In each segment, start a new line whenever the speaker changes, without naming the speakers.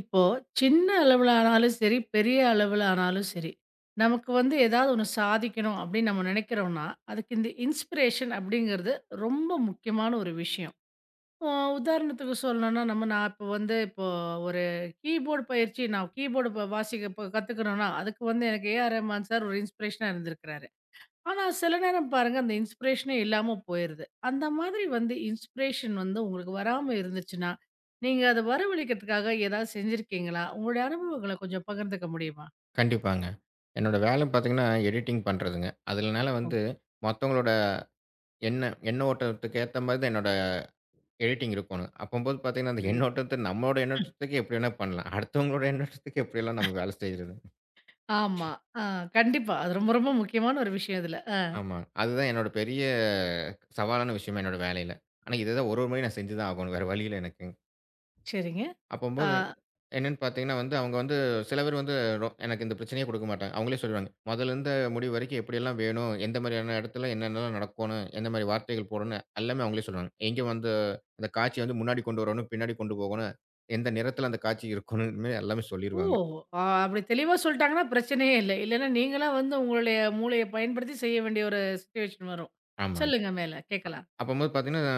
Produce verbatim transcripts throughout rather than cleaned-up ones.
இப்போ சின்ன அளவுல ஆனாலும் சரி, பெரிய அளவுல ஆனாலும் சரி, நமக்கு வந்து ஏதாவது ஒண்ணு சாதிக்கணும் அப்படின்னு நம்ம நினைக்கிறோம்னா, அதுக்கு இந்த இன்ஸ்பிரேஷன் அப்படிங்கிறது ரொம்ப முக்கியமான ஒரு விஷயம். இப்போ உதாரணத்துக்கு சொல்லணும்னா, நம்ம நான் இப்போ வந்து இப்போ ஒரு கீபோர்டு பயிற்சி நான் கீபோர்டு ப வாசிக்க இப்ப கத்துக்கணும்னா, அதுக்கு வந்து எனக்கு ஏ.ஆர். ரஹ்மான் சார் ஒரு இன்ஸ்பிரேஷனா இருந்திருக்கிறாரு. ஆனா, சில நேரம் பாருங்க அந்த இன்ஸ்பிரேஷனே இல்லாம போயிருது. அந்த மாதிரி வந்து இன்ஸ்பிரேஷன் வந்து உங்களுக்கு வராம இருந்துச்சுன்னா, நீங்க அத வரவழைக்கிறதுக்காக ஏதாவது செஞ்சிருக்கீங்களா? உங்களுடைய அனுபவங்கள கொஞ்சம் பகிர்ந்துக்க முடியுமா?
கண்டிப்பாங்க. என்னோட வேலை பார்த்தீங்கன்னா, எடிட்டிங் பண்றதுங்க. அதனால
ஓ!
வந்து மத்தவங்களோட எண்ண எண்ண ஓட்டத்துக்கு ஏத்த மாரி தான் என்னோட எடிட்டிங் இருக்கணும். அப்பம்போது பார்த்தீங்கன்னா, அந்த
புரியுது.
எண்ணோட்டத்த நம்மளோட எண்ணோட்டத்துக்கு எப்படி வேணா பண்ணலாம். அடுத்தவங்களோட எண்ணோட்டத்துக்கு எப்படியெல்லாம் நம்ம வேலை செய்றது.
ஆமா. ஆ கண்டிப்பா. அது ரொம்ப ரொம்ப முக்கியமான ஒரு விஷயம் இதுல. அ
ஆமா. அதுதான் என்னோட பெரிய சவாலான விஷயமே என்னோட வேலையில. ஆனா, இத தான் ஒரு ஒரு முறையும் நான் செஞ்சு தான் ஆகணும். வேற வழி இல்ல எனக்கு.
சரிங்க. ஆ
அப்பம்போது என்னன்னு பார்த்தீங்கன்னா வந்து, அவங்க வந்து சில பேர் வந்து ரொ எனக்கு இந்த பிரச்சனையே குடுக்க மாட்டாங்க. அவங்களே சொல்லிருவாங்க. "மொதல்ல இருந்து முடிவு வரைக்கும் எப்படியெல்லாம் வேணும், எந்த மாரியான இடத்துல என்னென்னலாம் நடக்கணும், எந்த மாரி வார்த்தைகள் போடணும்" எல்லாமே அவங்களே சொல்லுவாங்க. எங்க வந்து அந்த காட்சிய வந்து முன்னாடி கொண்டு வரணும், பின்னாடி கொண்டு போகணும், எந்த நிறத்தில அந்த காட்சி இருக்கணும், இது மாரி எல்லாமே
ஓ!
சொல்லிருவாங்க.
அ அப்படி தெளிவா சொல்ட்டாங்கன்னா பிரச்சனையே இல்ல. இல்லன்னா நீங்களா வந்து உங்களுடைய மூளைய பயன்படுத்தி செய்ய வேண்டிய ஒரு சிச்சுவேஷன் வரும்.
ஆமாங்க.
சொல்லுங்க மேல கேட்கலாம்.
அப்பம்போது பார்த்தீங்கன்னா,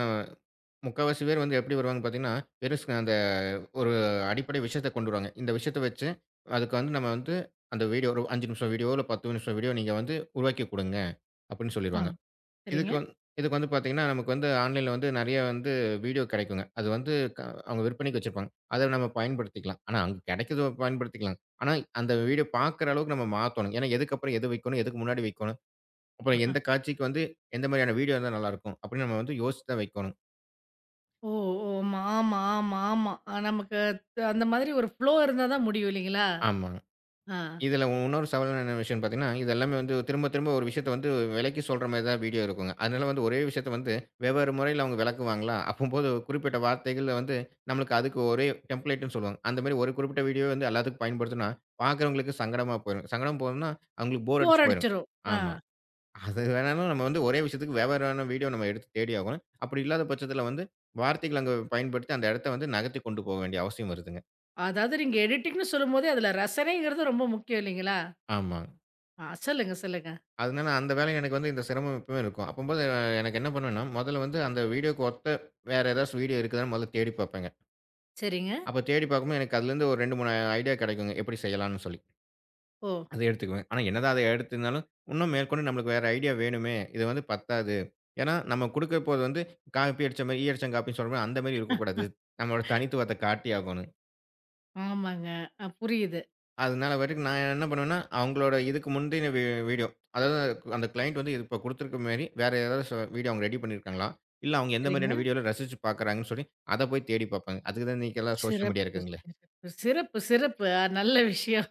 முக்காவாசி பேர் வந்து எப்படி வருவாங்கன்னு பார்த்தீங்கன்னா, வெறும் ஸ் அந்த ஒரு அடிப்படை விஷயத்த கொண்டு வருவாங்க. இந்த விஷயத்த வச்சு, அதுக்கு வந்து நம்ம வந்து அந்த வீடியோ ஒரு ஐந்து நிமிஷம் வீடியோ, இல்ல பத்து நிமிஷம் வீடியோ நீங்க வந்து உருவாக்கி குடுங்க. அப்படின்னு
ஆ
சொல்லிருவாங்க. இதுக்கு
சரிங்க.
வந் இதுக்கு வந்து பார்த்தீங்கன்னா, நமக்கு வந்து ஆன்லைன்ல வந்து நெறைய வந்து வீடியோ கெடைக்குங்க. அது வந்து க அவங்க விற்பனைக்கு வச்சிருப்பாங்க. அத நம்ம பயன்படுத்திக்கலாம். ஆனா, அங்க கெடைக்கிறத பயன்படுத்திக்கலாம். ஆனா, அந்த வீடியோ பார்க்குற அளவுக்கு நம்ம மாத்தணும். ஏன்னா, எதுக்கப்புறம் எது வைக்கணும்? எதுக்கு முன்னாடி வைக்கணும்? அப்புறம் எந்த காட்சிக்கு வந்து எந்த மாரியான வீடியோ இருந்தா நல்லாருக்கும்? அப்படின்னு நம்ம வந்து யோசிச்சு தான் வைக்கணும்.
ஓ! ஓ! ஆமா, ஆமா, ஆமா, ஆமா. அ நமக்கு த- அந்த மாதிரி ஒரு ஃப்ளோ இருந்தா தான் முடியும் இல்லைங்களா?
ஆமா.
ஆ.
இதில இன்னொரு சவாலான என்ன விஷயம்னு பார்த்தீங்கன்னா, இது எல்லாமே வந்து திரும்ப திரும்ப ஒரு விஷயத்த வந்து விளக்கி சொல்ற மாரி தான் வீடியோ இருக்குங்க. அதனால வந்து ஒரே விஷயத்த வந்து வெவ்வேறு முறையில அவங்க விளக்குவாங்களா, அப்பம்போது குறிப்பிட்ட வார்த்தைகள்ல வந்து நம்மளுக்கு அதுக்கு ஒரே டெம்ப்ளேட்ன்னு சொல்லுவாங்க. அந்த மாரி ஒரு குறிப்பிட்ட வீடியோ வந்து எல்லாத்துக்கும் பயன்படுத்துனா, பார்க்குறவங்களுக்கு சங்கடமா போயிரும். சங்கடம் போனோம்னா, அவங்களுக்கு போர்
போர்
அடிச்சு போயிரும்.
அடிச்சிரும். ஆ.
ஆமா. அது வேணாலும் நம்ம வந்து ஒரே விஷயத்துக்கு வெவ்வேறான வீடியோ நம்ம எடுத்து தேடி ஆகணும். அப்படி இல்லாத பட்சத்தில வந்து வார்த்தைகள் அங்க பயன்படுத்தி அந்த இடத்த வந்து நகர்த்தி கொண்டு போக வேண்டிய அவசியம் வருதுங்க.
அதாவது நீங்க எடிட்டிங்ன்னு சொல்லும்போதே அதுல ரசனைங்கிறது ரொம்ப முக்கியம் இல்லைங்களா?
ஆமா.
ஆ சொல்லுங்க, சொல்லுங்க.
அதனால அந்த வேலை எனக்கு வந்து இந்த சிரமம் எப்பவுமே இருக்கும். அப்பம்போது அஹ், எனக்கு என்ன பண்ணுவேன்னா, முதல்ல வந்து அந்த வீடியோக்கு ஒத்த வேற ஏதாச்சும் வீடியோ இருக்குதான்னு முதல்ல தேடி பார்ப்பேங்க.
சரிங்க.
அப்ப தேடி பார்க்கும்போது எனக்கு அதுலேருந்து ஒரு ரெண்டு, மூணு ஐடியா கிடைக்குங்க. எப்படி செய்யலாம்ன்னு சொல்லி.
ஓ!
அத எடுத்துக்குவேன். ஆனா என்னதான் அத எடுத்திருந்தாலும், இன்னும் மேற்கொண்டு நம்மளுக்கு வேற ஐடியா வேணுமே! இது வந்து பத்தாது. ஏன்னா, நம்ம குடுக்க போறது வந்து, காப்பி அடிச்ச மாரி, ஈ அடிச்சம் காப்பின்னு சொல்றோம்ல, அந்த மாரி இருக்கக்கூடாது. நம்மளோட தனித்துவத்த காட்டியாகணும்.
ஆமாங்க. அ புரியுது.
அதனால பாட்டுக்கு நான் என்ன பண்ணுவேன்னா, அவங்களோட இதுக்கு முந்தின வீ வீடியோ. அதாவது அந்த கிளையண்ட் வந்து இப்ப குடுத்திருக்க மாரி வேற ஏதாவது சொ வீடியோ அவங்க ரெடி பண்ணியிருக்காங்களா? இல்ல அவங்க எந்த
சரிங்க.
மாரியான வீடியோல ரசிச்சு பார்க்குறாங்கன்னு சொல்லி, அத போய் தேடி பார்ப்பாங்க. அதுக்கு தான் இன்னைக்கெல்லாம் சோசியல் மீடியா
சிறப்பு,
இருக்குங்களே.
சிறப்பு, சிறப்பு, சிறப்பு. அ நல்ல விஷயம்.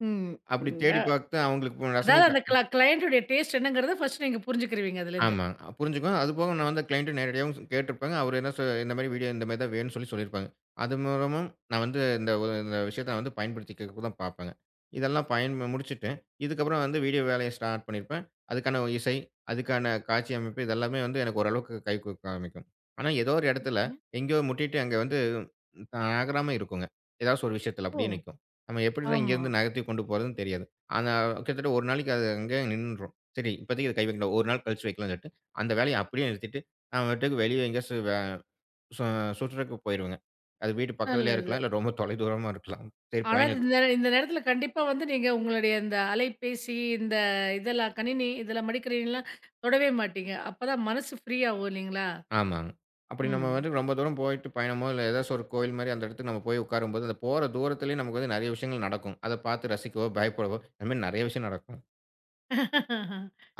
ம்.
அப்படி தேடி
ட
பார்த்து அவங்களுக்கு ரசனை
அதாவது அந்த க்ள கிளையண்ட் உடைய டேஸ்ட் என்னங்கிறத ஃபர்ஸ்ட் நீங்க புரிஞ்சுக்கிருவீங்க அதுலேருந்து.
ஆமா. அ புரிஞ்சுக்குவேன். அதுபோக நான் வந்து கிளையன்ட்ட நேரடியாவும் ஸ் கேட்டுருப்பேங்க. அவரு என்ன சொ இந்த மாரி வீடியோ இந்த மாரி தான் வேணும்னு சொல்லி சொல்லியிருப்பாங்க. அது மூலமும் நான் வந்து இந்த ஒரு இந்த விஷயத்த நான் வந்து பயன்படுத்திக்கிறதுக்கு தான் பார்ப்பேங்க. இதெல்லாம் பயன் முடிச்சுட்டு, இதுக்கப்புறம் வந்து வீடியோ வேலைய ஸ்டார்ட் பண்ணியிருப்பேன். அதுக்கான இசை, அதுக்கான காட்சி அமைப்பு இது எல்லாமே வந்து எனக்கு ஓரளவுக்கு கை குடுக்க ஆரம்பிக்கும். ஆனா ஏதோ ஒரு இடத்துல எங்கேயோ முட்டிட்டு அங்க வந்து நகராம இருக்குங்க. ஏதாச்சும் ஒரு விஷயத்துல
ஓ!
அப்படியே நிக்கும். நம்ம எப்படிலாம்
ஆமா.
இங்கேருந்து நகர்த்தி கொண்டு போறதுன்னு தெரியாது. ஆனா கிட்டத்தட்ட ஒரு நாளைக்கு அது அங்கேயே நின்றும் சரி, இப்போதைக்கு இத கை வைக்கணும். ஒரு நாள் கழிச்சு வைக்கலாம்னு சொல்லிட்டு, அந்த வேலைய அப்படியே நிறுத்திட்டு, நான் பாட்டுக்கு வெளிய எங்கேயாச்சு வே சு சுற்றுறக்கு போயிருவேங்க. அது வீட்டு பக்கத்திலேயே
நல்லது.
இருக்கலாம். இல்ல ரொம்ப தொலைதூரமா இருக்கலாம். சரி
ஆனா, அது
பயணத்து
இந்த நேர- இந்த நேரத்தில கண்டிப்பா வந்து நீங்க உங்களுடைய இந்த அலைபேசி, இந்த இதெல்லாம் கணினி இதெல்லாம் மடிக்கணினிலாம் தொடவே மாட்டீங்க. அப்பதான் மனசு ஃப்ரீ ஆகும் இல்லைங்களா?
ஆமாங்க. அப்படி நம்ம
ம்.
வந்து ரொம்ப தூரம் போயிட்டு பயணமோ, இல்ல ஏதாச்சும் ஒரு கோயில் மாரி அந்த இடத்துக்கு நம்ம போய் உட்காரும்போது, அந்த போற தூரத்திலேயே நமக்கு வந்து நெறைய விஷயங்கள் நடக்கும். அத பார்த்து ரசிக்கவோ, பயப்படவோ, அந்த மாரி நெறைய விஷயம் நடக்கும்.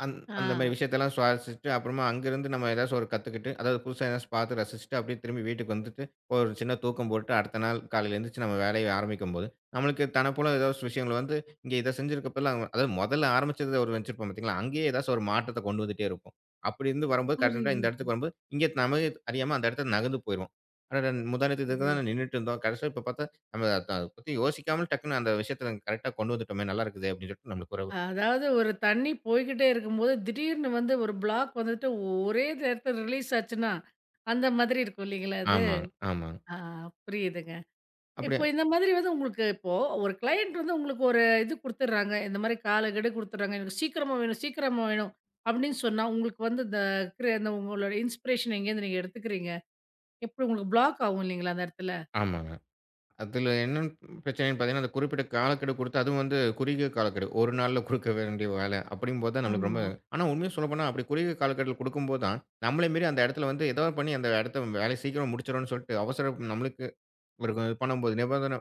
அந்
ஆ
அந்த மாரி விஷயத்தெல்லாம் சுவாரசிச்சுட்டு, அப்புறமா அங்கருந்து நம்ம ஏதாச்சும் ஒரு கத்துக்கிட்டு, அதாவது புதுசா ஏதாச்சும் பார்த்து ரசிச்சுட்டு, அப்படியே திரும்பி வீட்டுக்கு வந்துட்டு, ஒரு சின்ன தூக்கம் போட்டு, அடுத்த நாள் காலையில எந்திரிச்சு நம்ம வேலைய ஆரம்பிக்கும்போது, நம்மளுக்கு தனப்போல ஏதாச்சும் விஷயங்கள் வந்து, இங்க இத செஞ்சிருக்கப்பலாம் அதாவது மொதல்ல ஆரம்பிச்சது ஒரு வச்சிருப்போம் பார்த்தீங்களா? அங்கேயே ஏதாச்சும் ஒரு மாற்றத்த கொண்டு வந்துட்டே இருப்போம். அப்படி இருந்து வரும்போது கரெக்ட்டா இந்த
புரியுது,
இடத்துக்கு வரும்போது, இங்க நமக்கே அறியாம அந்த இடத்த நகர்ந்து போயிருவோம். அடடா! முந்தாநேத்து இதுக்கு
புரியுது.
தான நின்னுட்டு இருந்தோம். கடைசியில இப்ப பார்த்தா, நம்ம அத அத பத்தி யோசிக்காம டக்குனு அந்த விஷயத்த கரெக்ட்டா கொண்டு வந்துட்டோமே! நல்லா இருக்குதே! அப்படின்னு சொல்லிட்டு நம்மளுக்கு ஒரு
அதாவது ஒரு தண்ணி போய்க்கிட்டே இருக்கும்போது, திடீர்னு வந்து ஒரு பிளாக் வந்துட்டு ஒரே நேரத்தில ரிலீஸ் ஆச்சுன்னா, அந்த மாதிரி இருக்கும் இல்லைங்களா அது?
ஆமாங்க, ஆமாங்க.
ஆ புரியுதுங்க.
அப்படி
இப்போ இந்த மாதிரி வந்து உங்களுக்கு இப்போ ஒரு கிளையண்ட் வந்து உங்களுக்கு ஒரு இது குடுத்துடுறாங்க. இந்த மாதிரி காலக்கெடு குடுத்துடுறாங்க. "எனக்கு சீக்கிரமா வேணும், சீக்கிரமா வேணும்." அப்படின்னு சொன்னா, உங்களுக்கு வந்து இந்த கிர இந்த உங்களோட இன்ஸ்பிரேஷன் எங்கேருந்து நீங்க எடுத்துக்கிறீங்க? எப்படி உங்களுக்கு பிளாக் ஆகும் இல்லைங்களா அந்த இடத்துல?
ஆமாங்க. அதில என்ன பிரச்சனைன்னு பார்த்தீங்கன்னா, அந்த குறிப்பிட்ட காலக்கெடு கொடுத்து அதுவும் வந்து குறுகிய காலக்கெடு. ஒரு நாள்ல குடுக்க வேண்டிய வேலை அப்படிங்கும்போது தான் நம்மளுக்கு ரொம்ப
ஆமா.
ஆனா உண்மைய சொல்லப்போனா அப்படி குறுகிய காலக்கெடுல குடுக்கும்போது தான், நம்மள மீறி அந்த இடத்துல வந்து ஏதாவது பண்ணி அந்த இடத்த வேலைய சீக்கிரம் முடிச்சுரணும்னு சொல்லிட்டு அவசரம் நம்மளுக்கு ஒரு இது பண்ணும்போது நிபந்தனை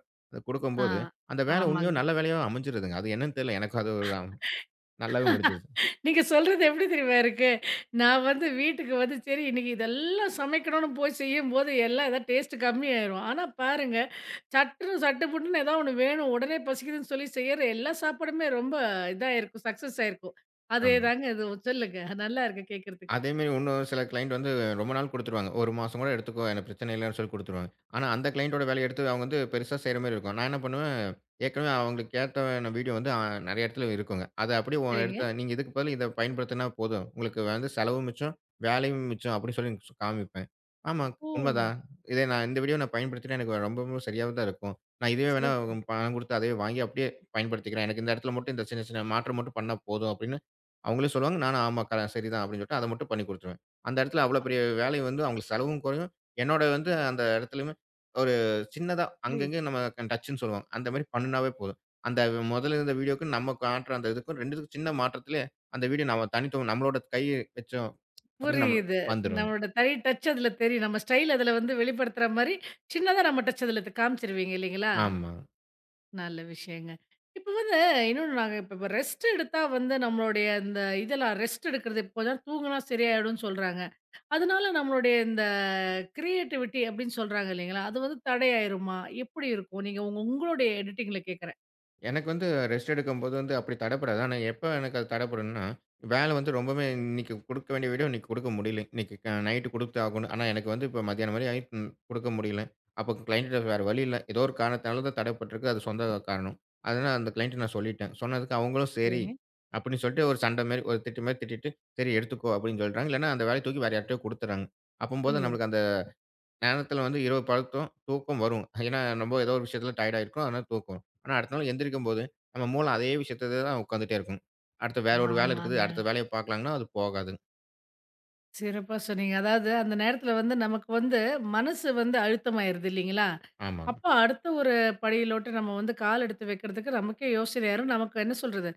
ஆ.
குடுக்கும்போது, அந்த வேலை உண்மையோ
ஆமாங்க.
நல்ல வேலையோ அமைஞ்சிருதுங்க. அது என்னன்னு தெரியல. எனக்கு அது ஒரு அம்- நல்லாவே முடிஞ்சுது.
நீங்க சொல்றது எப்படி தெரியுமா இருக்கு? நான் வந்து வீட்டுக்கு வந்து சரி இன்னைக்கு இதெல்லாம் சமைக்கணும்னு போய் செய்யும்போது எல்லாம் ஏதாவது டேஸ்ட் கம்மியாயிரும். ஆனா பாருங்க, சட்டுன்னு சட்டு புட்டுன்னு ஏதாவது ஒண்ணு வேணும், உடனே பசிக்குதுன்னு சொல்லி செய்யற எல்லா சாப்பாடுமே ரொம்ப இதா இருக்கும், சக்சஸ் ஆயிருக்கும்.
ஆமா.
அதேதாங்க இதுவும். சொல்லுங்க. நல்லா இருக்கு கேட்கறதுக்கு.
அதே மாரி இன்னும் சில கிளையண்ட் வந்து ரொம்ப நாள் குடுத்துருவாங்க. ஒரு மாசம் கூட எடுத்துக்கோ, எனக்கு பிரச்சனை இல்லன்னு சொல்லி குடுத்துருவாங்க. ஆனா அந்த கிளையண்ட்டோட வேலைய எடுத்து அவங்க வந்து பெருசா செய்ற மாரி இருக்கும். நான் என்ன பண்ணுவேன், ஏற்கனவே அவங்களுக்கு ஏத்தன வீடியோ வந்து அ நெறைய இடத்துல இருக்குங்க. அத அப்படியே ஒ
சரிங்க.
எடுத்து நீங்க இதுக்கு பதில் இத பயன்படுத்தினா போதும். உங்களுக்கு வந்து செலவும் மிச்சம், வேலையும் மிச்சம் அப்படின்னு சொல்லி சு காமிப்பேன். ஆமா,
ஓ!
உண்மதான். இதே நான் இந்த வீடியோ நான் பயன்படுத்தினா எனக்கு ரொம்பவும் சரியாவே தான் இருக்கும். நான் இதுவே வேணா
சிறப்பு.
பணம் குடுத்து அதையே வாங்கி அப்படியே பயன்படுத்திக்கிறேன். எனக்கு இந்த இடத்துல மட்டும் இந்த சின்ன சின்ன மாற்றம் மட்டும் பண்ணா போதும் அப்படின்னு அவங்களே சொல்லுவாங்க. நானும் ஆமா க சரிதான் அப்படின்னு சொல்லிட்டு அத மட்டும் பண்ணி குடுத்துருவேன். அந்த இடத்துல அவ்வளோ
அ
பெரிய வேலை வந்து அவங்களுக்கு செலவும் குறையும். என்னோட வந்து அந்த இடத்துலயுமே ஒரு சின்னதா
புரியுது.
அங்கங்க நம்ம டச்சுன்னு சொல்லுவாங்க. அந்த மாரி பண்ணுனாவே போதும். அந்த முதல்ல இருந்த வீடியோக்கும் நம்ம காட்டுற அந்த இதுக்கும் 2த்துக்கும் சின்ன மாற்றத்திலே அந்த வீடியோ நம்ம தனித்துவம் நம்மளோட கை வச்சோம் அப்படின்னு நம்ம
புரியுது.
வந்துருங்க.
நம்மளோட தனி டச் அதுல தெரியும். நம்ம ஸ்டைல் அதுல வந்து வெளிப்படுத்துற மாரி, சின்னதா நம்ம டச் அதுல காமிச்சிருவீங்க இல்லைங்களா?
ஆமா.
நல்ல விஷயங்க. இப்ப வந்து இன்னொன்னு நாங்க இப்ப இப்ப ரெஸ்ட் எடுத்தா வந்து நம்மளுடைய இந்த இதெல்லாம் ரெஸ்ட் எடுக்கிறது இப்போதான் தூங்குனா சரியாயிடும்னு சொல்றாங்க. அதனால நம்மளுடைய இந்த கிரியேட்டிவிட்டி அப்படின்னு சொல்றாங்க இல்லைங்களா? அது வந்து தடையாயிருமா? எப்படி இருக்கும்? நீங்க உங்க உங்களுடைய எடிட்டிங்ல கேட்கிறேன்.
எனக்கு வந்து ரெஸ்ட் எடுக்கும்போது வந்து அப்படி தடைப்படாது. ஆனா எப்ப எனக்கு அது தடைப்படும்ன்னா, வேலை வந்து ரொம்பவுமே இன்னைக்கு குடுக்க வேண்டிய வீடியோ இன்னைக்கு குடுக்க முடியல. இன்னைக்கு க நைட்டு குடுத்து ஆகணும். ஆனா எனக்கு வந்து இப்ப மத்தியானம் வரை ஆயிட்டு குடுக்க முடியல. அப்போ கிளையண்ட்ட வேற வழி இல்ல. ஏதோ ஒரு காரணத்தினால தான் தடைப்பட்டிருக்கு. அது சொந்த காரணம். அதனால அந்த கிளையண்ட்ட நான் சொல்லிட்டேன். சொன்னதுக்கு அவங்களும் சரி
சரிங்க.
அப்படின்னு சொல்லிட்டு ஒரு சண்டை மாரி, ஒரு திட்டு மாரி திட்டிட்டு, சரி எடுத்துக்கோ அப்படின்னு சொல்றாங்க. இல்லன்னா அந்த வேலைய தூக்கி வேற யார்ட்டயோ குடுத்துர்றாங்க. அப்பம்போது
ஐயோ!
நம்மளுக்கு அந்த நேரத்தில வந்து இரவு படுத்தோம், தூக்கம் வரும். ஏன்னா, நம்ம ஏதோ ஒரு விஷயத்தில டயர்ட் ஆயிருக்கும். அதனால தூக்கம் வரும். ஆனா, அடுத்த நாள் எந்திரிக்கும்போது, நம்ம மூளை அதே விஷயத்த தான் உட்காந்துட்டே இருக்கும். அடுத்து வேற ஒரு வேலை இருக்குது.
ஆமாங்க.
அடுத்த வேலைய பார்க்கலாம்ன்னா, அது போகாது.
சிறப்பா சொன்னீங்க. அதாவது அந்த நேரத்துல வந்து நமக்கு வந்து மனசு வந்து அழுத்தமாயிருது இல்லைங்களா?
ஆமாங்க.
அப்ப அடுத்த ஒரு படியிலோட்டு நம்ம வந்து கால் எடுத்து வைக்கிறதுக்கு நமக்கே யோசனையாயிரும். நமக்கு என்ன சொல்றது?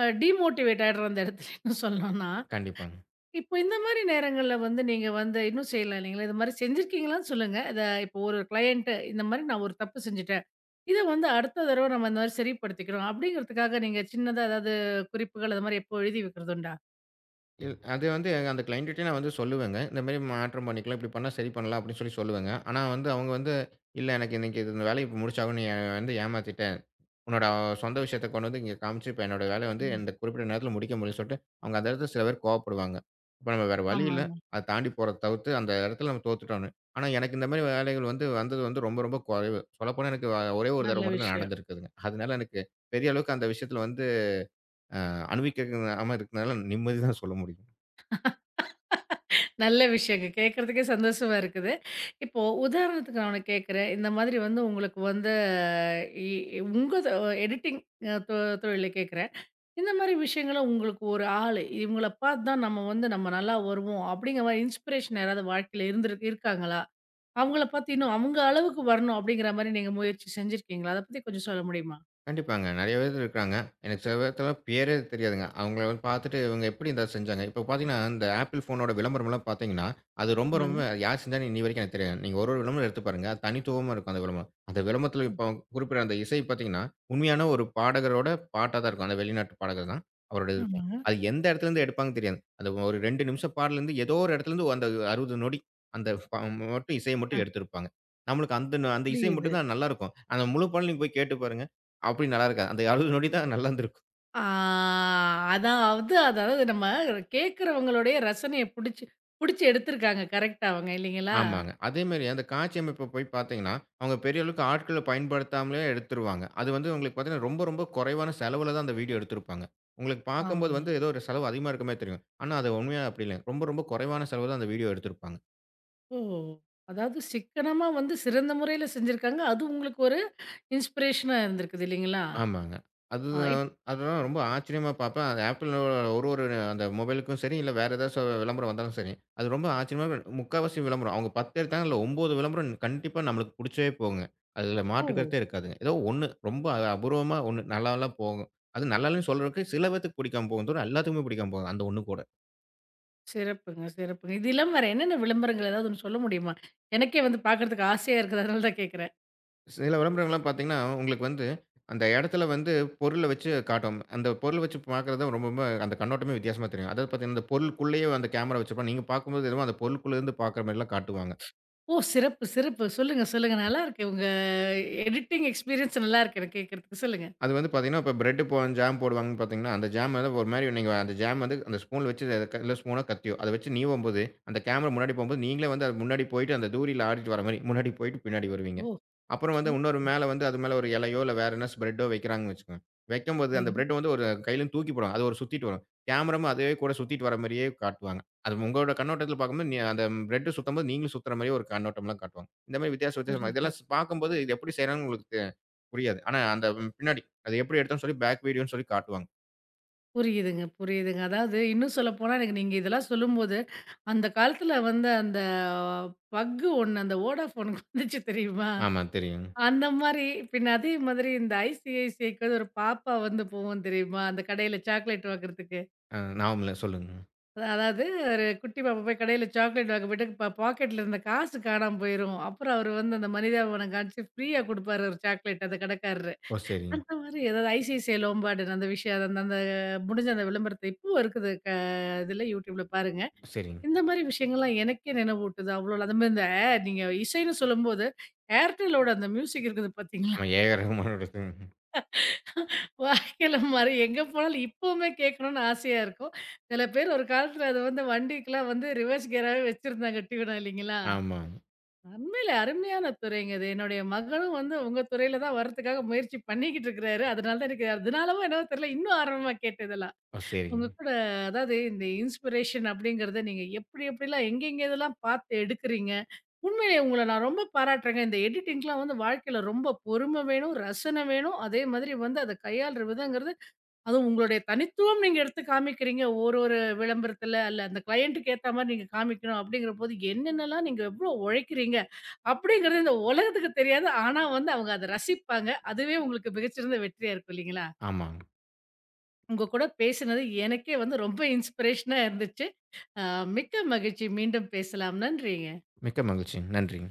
அ டிமோட்டிவேட் ஆயிடுறோம் அந்த இடத்துல என்ன சொல்லணும்னா.
கண்டிப்பாங்க.
இப்போ இந்த மாரி நேரங்கள்ல வந்து நீங்க வந்து இன்னும் செய்யலாம் இல்லைங்களா? இது மாரி செஞ்சிருக்கீங்களான்னு சொல்லுங்க. இத இப்போ ஒரு கிளையன்ட் இந்த மாரி நான் ஒரு தப்பு செஞ்சுட்டேன். இத வந்து அடுத்த தடவ நம்ம இந்த மாரி சரிப்படுத்திக்கிறோம் அப்படிங்கிறதுக்காக நீங்க சின்னதா ஏதாவது குறிப்புகள் அது மாரி எப்போ எழுதி வைக்கிறது உண்டா?
இல் அது வந்து எங்க அந்த கிளையன்ட்ட்டயே நான் வந்து சொல்லுவேங்க. இந்த மாரி மாற்றம் பண்ணிக்கலாம். இப்படி பண்ணா சரி பண்ணலாம் அப்படின்னு சொல்லி சொல்லுவேங்க. ஆனா வந்து அவங்க வந்து, "இல்ல எனக்கு இன்னைக்கு இது இந்த வேலைய முடிச்சாகணும். நீ என்ன வந்து ஏமாத்திட்ட." உன்னோட சொந்த விஷயத்த கொண்டு வந்து இங்க காமிச்சு, இப்ப என்னோட வேலைய வந்து
ம்.
இந்த குறிப்பிட்ட நேரத்தில முடிக்க முடியும்ன்னு சொல்லிட்டு, அவங்க அந்த இடத்துல சில பேர் கோவப்படுவாங்க. இப்ப நம்ம வேற வழி இல்ல.
ஆமாங்க.
அத தாண்டி போறத தவிர்த்து அந்த இடத்துல நம்ம தோத்துட்டோம்ன்னு. ஆனா எனக்கு இந்த மாரி வேலைகள் வந்து வந்தது வந்து ரொம்ப ரொம்ப குறைவு. சொல்லப்போனா எனக்கு வ ஒரே ஒரு
நல்ல
தடவ மட்டும் தான்
விஷயம்.
நடந்திருக்குதுங்க. அதனால எனக்கு பெரிய அளவுக்கு அந்த விஷயத்துல வந்து அஹ், அனுபவிக்காம இருக்கிறதுனால நிம்மதி தான் சொல்ல முடியும்.
நல்ல விஷயங்க. கேட்கறதுக்கே சந்தோஷமா இருக்குது. இப்போ உதாரணத்துக்கு நான் ஒண்ணு கேட்கிறேன். இந்த மாதிரி வந்து உங்களுக்கு வந்து இ உங்க தொ எடிட்டிங் அ தொ தொழில கேட்கிறேன். இந்த மாரி விஷயங்கள உங்களுக்கு ஒரு ஆளு, இவங்கள பார்த்து தான் நம்ம வந்து நம்ம நல்லா வருவோம் அப்படிங்கிற மாரி இன்ஸ்பிரேஷன் யாராவது வாழ்க்கையில இருந்திருக்கு இருக்காங்களா? அவங்கள பார்த்து இன்னும் அவங்க அளவுக்கு வரணும் அப்படிங்கிற மாரி நீங்க முயற்சி செஞ்சிருக்கீங்களா? அத பத்தி கொஞ்சம் சொல்ல முடியுமா?
கண்டிப்பாங்க. நெறைய பேர் இருக்காங்க. எனக்கு சில பேர்த்தலாம் பேரே தெரியாதுங்க. அவங்கள வந்து பாத்துட்டு இவங்க எப்படி இத செஞ்சாங்க? இப்ப பாத்தீங்கன்னா, இந்த ஆப்பிள் ஃபோனோட விளம்பரம்லாம் பாத்தீங்கன்னா, அது ரொம்ப ரொம்ப
ஆமாங்க.
யார் செஞ்சான்னு இன்னி வரைக்கும் எனக்கு தெரியாது. நீங்க ஒரு ஒரு விளம்பரம் எடுத்து பாருங்க. அது தனித்துவமா இருக்கும் அந்த விளம்பரம். அந்த விளம்பரத்துல இப்போ குறிப்பிடுற அந்த இசை பாத்தீங்கன்னா, உண்மையான ஒரு பாடகரோட பாட்டா தான் இருக்கும். அந்த வெளிநாட்டு பாடகர் தான் அவரோடது இருக்கும்.
ஆமாங்க.
அது எந்த இடத்துலருந்து எடுப்பாங்கன்னு தெரியாது. அந்த ஒரு ரெண்டு நிமிஷம் பாடலருந்து ஏதோ ஒரு இடத்துலருந்து அந்த அறுபது நொடி அந்த ப மட்டும் இசைய
ஆ
மட்டும் எடுத்திருப்பாங்க. நம்மளுக்கு அந்த அந்த இசை
புரியுது.
மட்டும் தான் நல்லாருக்கும். அந்த முழு பாடல் நீங்க போய் கேட்டு பாருங்க. அப்படி நல்லா இருக்காது. அந்த அறுபது நொடி தான் நல்லா இருந்திருக்கும்.
ஆ அதாவது அதாவது நம்ம கேட்கிறவங்களுடைய ரசனைய புடிச்சு புடிச்சு எடுத்திருக்காங்க கரெக்ட்டா அவங்க இல்லைங்களா?
ஆமாங்க. அதேமாரி அந்த காட்சி அமைப்ப போய் பார்த்தீங்கன்னா, அவங்க பெரிய அளவுக்கு ஆட்கள பயன்படுத்தாமலே எடுத்துருவாங்க. அது வந்து உங்களுக்கு பார்த்தீங்கன்னா, ரொம்ப ரொம்ப குறைவான செலவுல தான் அந்த வீடியோ எடுத்திருப்பாங்க. உங்களுக்கு பார்க்கும்போது
ஆமாங்க.
வந்து ஏதோ ஒரு செலவு அதிகமா இருக்க மாரி தெரியும். ஆனா அது உண்மையா அப்படி இல்ல. ரொம்ப ரொம்ப குறைவான செலவுல தான் அந்த வீடியோ எடுத்திருப்பாங்க.
ஓ! அதாவது சிக்கனமா வந்து சிறந்த முறையில செஞ்சிருக்காங்க. அது உங்களுக்கு ஒரு இன்ஸ்பிரேஷனா இருந்திருக்குது இல்லைங்களா?
ஆமாங்க.
ஆ
அதுதான் அதெல்லாம் ரொம்ப ஆச்சரியமா பார்ப்பேன். அந்த ஆப்பிளோட ஒரு ஒரு அந்த மொபைலுக்கும் சரி, இல்ல வேற ஏதாச்சும் விளம்பரம் வந்தாலும் சரி, அது ரொம்ப ஆச்சரியமா இருக்கும். முக்காவாசி விளம்பரம். அவங்க பத்து எடுத்தாங்க இல்ல ஒன்பது விளம்பரம் கண்டிப்பா நம்மளுக்கு புடிச்சே போகுங்க. அதுல மாற்று
இப்போ
கருத்தே இருக்காதுங்க. ஏதோ ஒன்னு ரொம்ப அ- அபூர்வமா ஒன்னு நல்லாலாம் போகும். அது நல்லாலன்னு சொல்றதுக்கு சில பேத்துக்கு பிடிக்காம போகும் தவிர எல்லாத்துக்குமே பிடிக்காம போகும். அந்த ஒன்னு கூட.
சிறப்புங்க, சிறப்புங்க. இது இல்லாம வேற என்னென்ன விளம்பரங்கள் ஏதாவது ஒண்ணு சொல்ல முடியுமா? எனக்கே வந்து பார்க்கறதுக்கு ஆசையா இருக்குது. அதனால தான் கேட்கிறேன்.
சில விளம்பரங்கள்லாம் பார்த்தீங்கன்னா, உங்களுக்கு வந்து அந்த இடத்துல வந்து பொருள வச்சு காட்டும். அந்த பொருள் வச்சு பார்க்குறது தான் ரொம்ப ரொம்ப அந்த கண்ணோட்டமே வித்தியாசமா தெரியும். அதாவது பார்த்தீங்கன்னா, அந்த பொருளுக்குள்ளேயே அந்த கேமரா வச்சிருப்பாங்க. நீங்க பார்க்கும்போது என்னமோ அந்த பொருளுக்குள்ளேருந்து பார்க்குற மாரிலாம் காட்டுவாங்க.
ஓ! சிறப்பு, சிறப்பு. சொல்லுங்க, சொல்லுங்க. நல்லா இருக்கு. உங்க எடிட்டிங் எக்ஸ்பீரியன்ஸ் நல்லா இருக்கு எனக்கு கேட்கறதுக்கு. சொல்லுங்க.
அது வந்து பார்த்தீங்கன்னா, இப்ப பிரெட் போ ஜாம் போடுவாங்கன்னு பார்த்தீங்கன்னா, அந்த ஜாம் வந்து ஒரு மாரி நீங்க அந்த ஜாம் வந்து அந்த ஸ்பூன்ல வச்சு இல்ல ஸ்பூனோ, கத்தியோ அத வச்சு நீவும்போது, அந்த கேமரா முன்னாடி போம்போது, நீங்களே வந்து அது முன்னாடி போயிட்டு அந்த தூரியில ஆடிட்டு வர மாரி, முன்னாடி போயிட்டு பின்னாடி வருவீங்க.
ஓ!
அப்புறம் வந்து இன்னொரு
சூப்பருங்க.
மேல வந்து அது மேல ஒரு இலையோ, இல்ல வேற என்ன பிரெட்டோ வைக்கிறாங்கன்னு வச்சுக்கோங்க. வைக்கும்போது அந்த பிரெட் வந்து ஒரு கையிலருந்து தூக்கி போடுவாங்க. அது ஒரு சுத்திட்டு வரும். கேமராவும் அதே கூட சுத்திட்டு வர மாரியே காட்டுவாங்க. அது உங்களோட கண்ணோட்டத்துல பார்க்கும்போது, நீ அந்த பிரெட் சுத்தம்போது நீங்களும் சுத்துற மாரியே ஒரு கண்ணோட்டம்லாம் காட்டுவாங்க. இந்த மாரி வித்தியாச வித்தியாசமா
புரியுது.
இதெல்லாம் பார்க்கும்போது, இது எப்படி செய்றாங்கன்னு உங்களுக்கு புரியாது. ஆனா அந்த பின்னாடி அது எப்படி எடுத்தோம்னு சொல்லி பேக் வீடியோன்னு சொல்லி காட்டுவாங்க.
புரியுதுங்க, புரியுதுங்க. அதாவது இன்னும் சொல்லப்போனா, எனக்கு நீங்க இதெல்லாம் சொல்லும்போது, அந்த காலத்துல வந்து அந்த பக்கு ஒண்ணு அந்த Vodafoneக்கு வந்துச்சு தெரியுமா?
ஆமா தெரியுங்க.
அந்த மாரி பின்ன அதே மாதிரி இந்த ICICIக்கு ஒரு பாப்பா வந்து போவும் தெரியுமா? அந்த கடையில சாக்லேட் வாங்குறதுக்கு.
அ ஞாபகம் இல்ல சொல்லுங்க.
அதா- அதாவது ஒரு குட்டி பாப்பா போய் கடையில சாக்லேட் வாங்க போயிட்டு ப பாக்கெட்ல இருந்த காசு காணாம போயிரும். அப்புறம் அவரு வந்து அந்த மனிதாபிமானம் காமிச்சு ஃப்ரீயா குடுப்பாரு ஒரு சாக்லேட் அந்த கடைக்காரரு.
ஓ! சரிங்க,
அந்த மாரி ஏதாவது ஐசிஐசிஐ லோம்பார்டுன்னு அந்த விஷயம் அது அந்த அந்த முடிஞ்ச அந்த விளம்பரத்த இப்பவும் இருக்குது. க இதுல YouTubeல பாருங்க.
சரிங்க.
இந்த மாரி விஷயங்கள்லாம் எனக்கே நினைவூட்டுது. அவ்வளோ அது மாரி இந்த air, நீங்க இசைன்னு சொல்லும்போது, Airtelஓட அந்த மியூசிக் இருக்குது பார்த்தீங்களா?
ஆமா ஏ ஆர் ரகுமானோடது.
வாழ்க்கையில மாரி எங்க போனாலும் இப்பவுமே கேட்கணும்னு ஆசையா இருக்கும். சில பேர் ஒரு காலத்துல அது வந்து வண்டிக்குலாம் வந்து ரிவர்ஸ் கியராவே வச்சிருந்தாங்க டியூனா இல்லைங்களா?
ஆமாங்க.
உண்மையில அருமையான துறைங்க இது. என்னுடைய மகனும் வந்து உங்க துறையில தான் வரதுக்காக முயற்சி பண்ணிக்கிட்டு இருக்கிறாரு. அதனால தான் எனக்கு அதனாலவோ என்னவோ தெரியல, இன்னும் ஆர்வமா கேட்டேன் இதெல்லாம்.
ஓ! சரிங்க.
உங்க கூட அதாவது இந்த இன்ஸ்பிரேஷன் அப்படிங்கிறத நீங்க எப்படி எப்படிலாம் எங்கெங்க இதெல்லாம் பார்த்து எடுக்குறீங்க. உண்மையிலே உங்கள நான் ரொம்ப பாராட்டுறேங்க. இந்த எடிட்டிங்லாம் வந்து வாழ்க்கையில ரொம்ப பொறுமை வேணும், ரசனை வேணும். அதே மாதிரி வந்து அத கையாள்ற விதங்கிறது அதுவும் உங்களுடைய தனித்துவம் நீங்க எடுத்து காமிக்கிறீங்க. ஒரு ஒரு விளம்பரத்துல அல்ல அந்த கிளையன்ட்டுக்கு ஏத்த மாரி நீங்க காமிக்கணும் அப்படிங்கிறபோது என்னென்னலாம் நீங்க எவ்வளோ உழைக்கிறீங்க அப்படிங்கிறது இந்த உலகத்துக்கு தெரியாது. ஆனா வந்து அவங்க அத ரசிப்பாங்க. அதுவே உங்களுக்கு மிகச்சிறந்த வெற்றியா இருக்கும் இல்லைங்களா?
ஆமாங்க.
உங்க கூட பேசினது எனக்கே வந்து ரொம்ப இன்ஸ்பிரேஷனா இருந்துச்சு. அ மிக்க மகிழ்ச்சி. மீண்டும் பேசலாம். நன்றிங்க.
மிக்க மகிழ்ச்சிங்க. நன்றிங்க.